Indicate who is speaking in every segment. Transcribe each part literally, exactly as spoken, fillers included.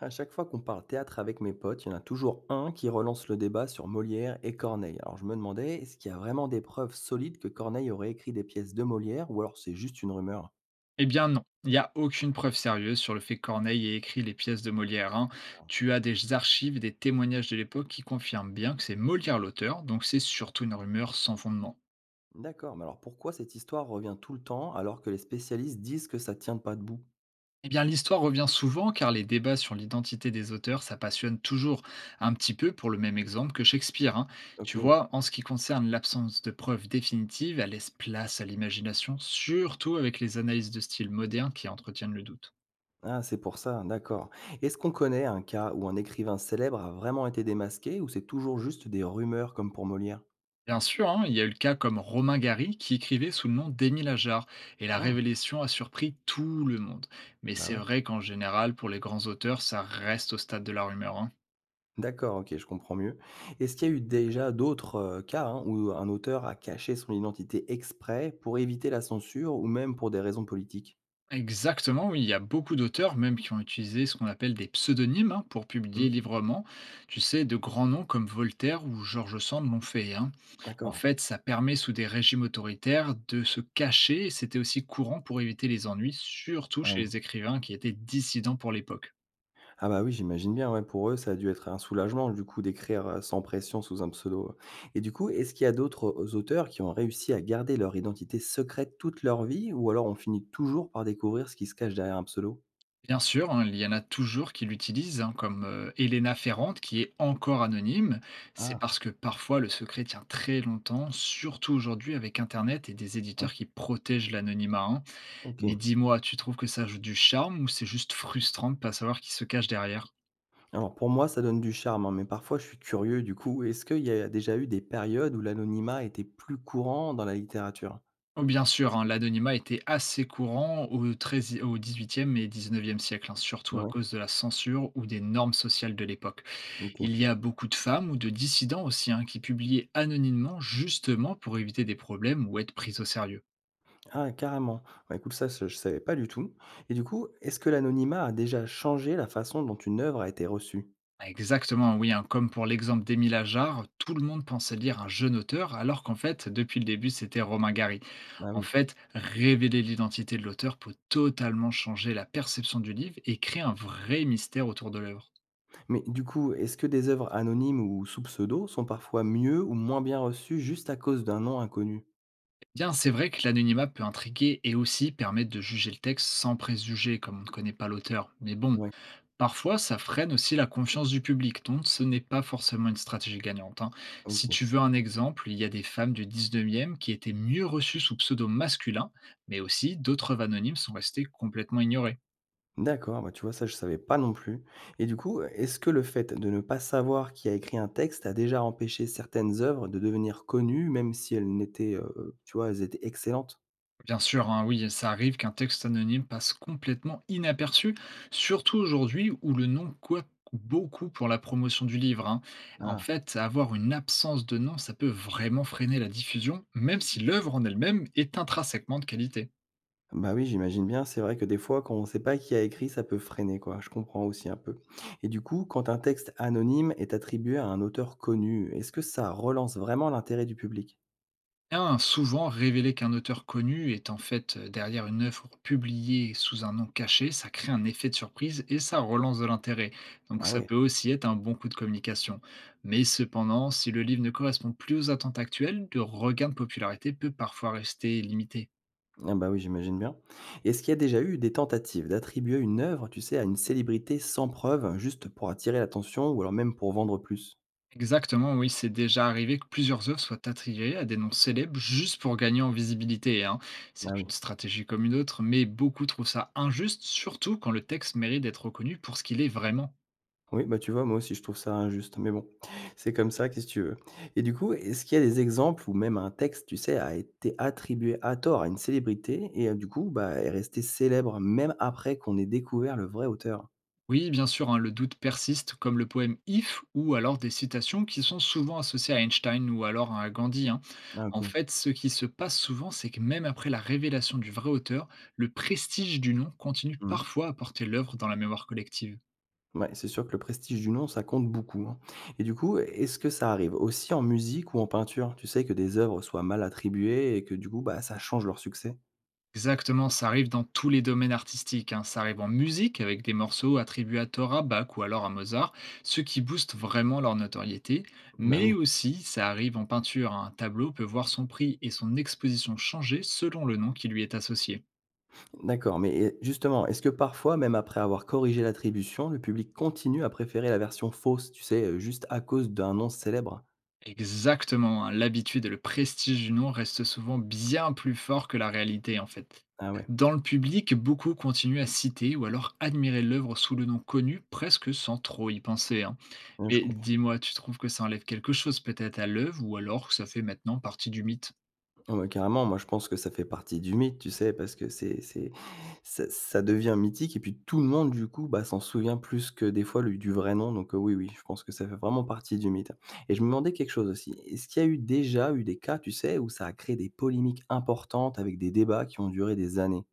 Speaker 1: À chaque fois qu'on parle théâtre avec mes potes, il y en a toujours un qui relance le débat sur Molière et Corneille. Alors je me demandais, est-ce qu'il y a vraiment des preuves solides que Corneille aurait écrit des pièces de Molière ou alors c'est juste une rumeur.
Speaker 2: Eh bien non, il n'y a aucune preuve sérieuse sur le fait que Corneille ait écrit les pièces de Molière. Hein.
Speaker 1: Alors.
Speaker 2: Tu as des archives et des témoignages de l'époque qui confirment bien que c'est Molière l'auteur, donc c'est surtout une rumeur sans fondement.
Speaker 1: D'accord, mais alors pourquoi cette histoire revient tout le temps alors que les spécialistes disent que ça tient pas debout.
Speaker 2: Eh bien l'histoire revient souvent car les débats sur l'identité des auteurs, ça passionne toujours un petit peu pour le même exemple que Shakespeare. Hein. Tu
Speaker 1: Ok.
Speaker 2: vois, en ce qui concerne l'absence de preuves définitives, elle laisse place à l'imagination, surtout avec les analyses de style moderne qui entretiennent le doute.
Speaker 1: Ah c'est pour ça, d'accord. Est-ce qu'on connaît un cas où un écrivain célèbre a vraiment été démasqué ou c'est toujours juste des rumeurs comme pour Molière.
Speaker 2: Bien sûr, hein, il y a eu le cas comme Romain Gary qui écrivait sous le nom d'Émile Ajar, et la
Speaker 1: Non,
Speaker 2: révélation a surpris tout le monde. Mais
Speaker 1: bah
Speaker 2: c'est
Speaker 1: ouais.
Speaker 2: vrai qu'en général, pour les grands auteurs, ça reste au stade de la rumeur. Hein.
Speaker 1: D'accord, OK, je comprends mieux. Est-ce qu'il y a eu déjà d'autres, heu, cas, hein, où un auteur a caché son identité exprès pour éviter la censure ou même pour des raisons politiques?
Speaker 2: Exactement, oui, il y a beaucoup d'auteurs même qui ont utilisé ce qu'on appelle des pseudonymes, hein, pour
Speaker 1: Mmh,
Speaker 2: publier librement. Tu sais, de grands noms comme Voltaire ou George Sand l'ont fait. Hein. En
Speaker 1: d'accord.
Speaker 2: fait, ça permet sous des régimes autoritaires de se cacher, et c'était aussi courant pour éviter les ennuis, surtout
Speaker 1: Ah
Speaker 2: chez
Speaker 1: oui.
Speaker 2: les écrivains qui étaient dissidents pour l'époque.
Speaker 1: Ah bah, oui, j'imagine bien, ouais, pour eux, ça a dû être un soulagement, du coup, d'écrire, heu, sans pression sous un pseudo, et du coup, est-ce qu'il y a d'autres, auteurs qui ont réussi à garder leur identité secrète toute leur vie ou alors on finit toujours par découvrir ce qui se cache derrière un pseudo?
Speaker 2: Bien sûr, hein, il y en a toujours qui l'utilisent, hein, comme euh, Elena Ferrante, qui est encore anonyme. C'est
Speaker 1: Ah,
Speaker 2: parce que parfois le secret tient très longtemps, surtout aujourd'hui avec Internet et des
Speaker 1: ouais,
Speaker 2: éditeurs qui protègent l'anonymat. Hein. Mais
Speaker 1: OK.
Speaker 2: dis-moi, tu trouves que ça ajoute du charme ou c'est juste frustrant de pas savoir qui se cache derrière?
Speaker 1: Alors pour moi, ça donne du charme, hein, mais parfois je suis curieux du coup. Est-ce qu'il y a déjà eu des périodes où l'anonymat était plus courant dans la littérature?
Speaker 2: Oh, bien sûr, hein, l'anonymat était assez courant au treize au dix-huitième et dix-neuvième siècle, hein, surtout à
Speaker 1: Ouais,
Speaker 2: cause de la censure ou des normes sociales de l'époque.
Speaker 1: ok.
Speaker 2: Il y a beaucoup de femmes ou de dissidents aussi, hein, qui publiaient anonymement justement pour éviter des problèmes ou être prises au sérieux.
Speaker 1: Ah, carrément. Bah, écoute, ça, ça, je savais pas du tout. Et du coup, est-ce que l'anonymat a déjà changé la façon dont une œuvre a été reçue?
Speaker 2: Ah, exactement, oui, hein, comme pour l'exemple d'Émile Ajar, tout le monde pensait lire un jeune auteur alors qu'en fait, depuis le début, c'était Romain Gary.
Speaker 1: Ah
Speaker 2: En
Speaker 1: oui.
Speaker 2: fait, révéler l'identité de l'auteur peut totalement changer la perception du livre et créer un vrai mystère autour de l'œuvre.
Speaker 1: Mais du coup, est-ce que des œuvres anonymes ou sous pseudo sont parfois mieux ou moins bien reçues juste à cause d'un nom inconnu?
Speaker 2: Eh bien, c'est vrai que l'anonymat peut intriguer et aussi permettre de juger le texte sans préjugés comme on ne connaît pas l'auteur. Mais bon,
Speaker 1: Ouais,
Speaker 2: parfois, ça freine aussi la confiance du public, donc ce n'est pas forcément une stratégie gagnante. Hein. Si
Speaker 1: ok.
Speaker 2: tu veux un exemple, il y a des femmes du dix-neuvième qui étaient mieux reçues sous pseudo masculin, mais aussi d'autres anonymes sont restés complètement ignorés.
Speaker 1: D'accord, bah, tu vois, ça, je savais pas non plus. Et du coup, est-ce que le fait de ne pas savoir qui a écrit un texte a déjà empêché certaines œuvres de devenir connues, même si elles n'étaient, heu, tu vois, elles étaient excellentes?
Speaker 2: Bien sûr, hein, oui, ça arrive qu'un texte anonyme passe complètement inaperçu, surtout aujourd'hui où le nom coûte beaucoup pour la promotion du livre. Hein. En
Speaker 1: Ah.
Speaker 2: fait, avoir une absence de nom, ça peut vraiment freiner la diffusion, même si l'œuvre en elle-même est intrinsèquement de qualité.
Speaker 1: Bah, oui, j'imagine bien. C'est vrai que des fois, quand on ne sait pas qui a écrit, ça peut freiner, quoi. Je comprends aussi un peu. Et du coup, quand un texte anonyme est attribué à un auteur connu, est-ce que ça relance vraiment l'intérêt du public?
Speaker 2: Bien souvent, révéler qu'un auteur connu est en fait euh, derrière une œuvre publiée sous un nom caché, ça crée un effet de surprise et ça relance de l'intérêt. Donc
Speaker 1: Ah
Speaker 2: ça
Speaker 1: ouais.
Speaker 2: peut aussi être un bon coup de communication. Mais cependant, si le livre ne correspond plus aux attentes actuelles, le regain de popularité peut parfois rester limité.
Speaker 1: Ah bah oui, j'imagine bien. Est-ce qu'il y a déjà eu des tentatives d'attribuer une œuvre, tu sais, à une célébrité sans preuve, juste pour attirer l'attention ou alors même pour vendre plus?
Speaker 2: Exactement, oui, c'est déjà arrivé que plusieurs œuvres soient attribuées à des noms célèbres juste pour gagner en visibilité. Hein. C'est
Speaker 1: Ah oui.
Speaker 2: une stratégie comme une autre, mais beaucoup trouvent ça injuste, surtout quand le texte mérite d'être reconnu pour ce qu'il est vraiment.
Speaker 1: Oui, bah tu vois, moi aussi je trouve ça injuste, mais bon, c'est comme ça, qu'est-ce que tu veux? Et du coup, est-ce qu'il y a des exemples où même un texte, tu sais, a été attribué à tort à une célébrité et euh, du coup, bah, est resté célèbre même après qu'on ait découvert le vrai auteur?
Speaker 2: Oui, bien sûr, hein, le doute persiste, comme le poème If, ou alors des citations qui sont souvent associées à Einstein ou alors à Gandhi. Hein.
Speaker 1: Ah
Speaker 2: En
Speaker 1: ok.
Speaker 2: fait, ce qui se passe souvent, c'est que même après la révélation du vrai auteur, le prestige du nom continue parfois à porter l'œuvre dans la mémoire collective.
Speaker 1: Ouais, c'est sûr que le prestige du nom, ça compte beaucoup, hein. Et du coup, est-ce que ça arrive aussi en musique ou en peinture? Tu sais, que des œuvres soient mal attribuées et que du coup, bah, ça change leur succès?
Speaker 2: Exactement, ça arrive dans tous les domaines artistiques. Hein. Ça arrive en musique avec des morceaux attribués à Thora, Bach ou alors à Mozart, ce qui booste vraiment leur notoriété.
Speaker 1: Bah
Speaker 2: Mais
Speaker 1: oui.
Speaker 2: aussi, ça arrive en peinture. Hein. Un tableau peut voir son prix et son exposition changer selon le nom qui lui est associé.
Speaker 1: D'accord, mais et justement, est-ce que parfois, même après avoir corrigé l'attribution, le public continue à préférer la version fausse, tu sais, euh, juste à cause d'un nom célèbre?
Speaker 2: Exactement, hein, l'habitude et le prestige du nom restent souvent bien plus forts que la réalité en fait.
Speaker 1: Ah ouais,
Speaker 2: Dans le public, beaucoup continuent à citer ou alors admirer l'œuvre sous le nom connu presque sans trop y penser. Hein.
Speaker 1: ouais, je
Speaker 2: Mais
Speaker 1: comprends.
Speaker 2: dis-moi, tu trouves que ça enlève quelque chose peut-être à l'œuvre ou alors que ça fait maintenant partie du mythe?
Speaker 1: Ah ouais, carrément, moi je pense que ça fait partie du mythe, tu sais? Parce que c'est c'est ça ça devient mythique et puis tout le monde du coup, bah, s'en souvient plus que des fois le du vrai nom donc heu, oui, oui, je pense que ça fait vraiment partie du mythe et je me demandais quelque chose aussi. Est-ce qu'il y a eu déjà eu des cas, tu sais, où ça a créé des polémiques importantes avec des débats qui ont duré des années?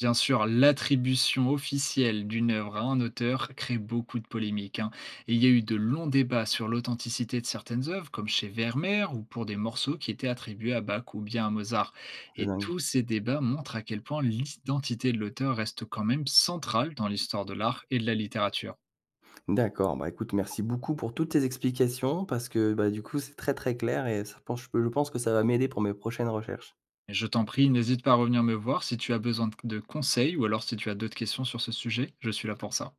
Speaker 2: Bien sûr, l'attribution officielle d'une œuvre à un auteur crée beaucoup de polémiques. Hein. Et il y a eu de longs débats sur l'authenticité de certaines œuvres, comme chez Vermeer, ou pour des morceaux qui étaient attribués à Bach ou bien à Mozart.
Speaker 1: C'est
Speaker 2: Et
Speaker 1: dingue.
Speaker 2: tous ces débats montrent à quel point l'identité de l'auteur reste quand même centrale dans l'histoire de l'art et de la littérature.
Speaker 1: D'accord, bah, écoute merci beaucoup pour toutes tes explications parce que, bah, du coup c'est très, très clair et ça pense je peux je pense que ça va m'aider pour mes prochaines recherches.
Speaker 2: Et je t'en prie, n'hésite pas à revenir me voir si tu as besoin de de conseils ou alors si tu as d'autres questions sur ce sujet, je suis là pour ça.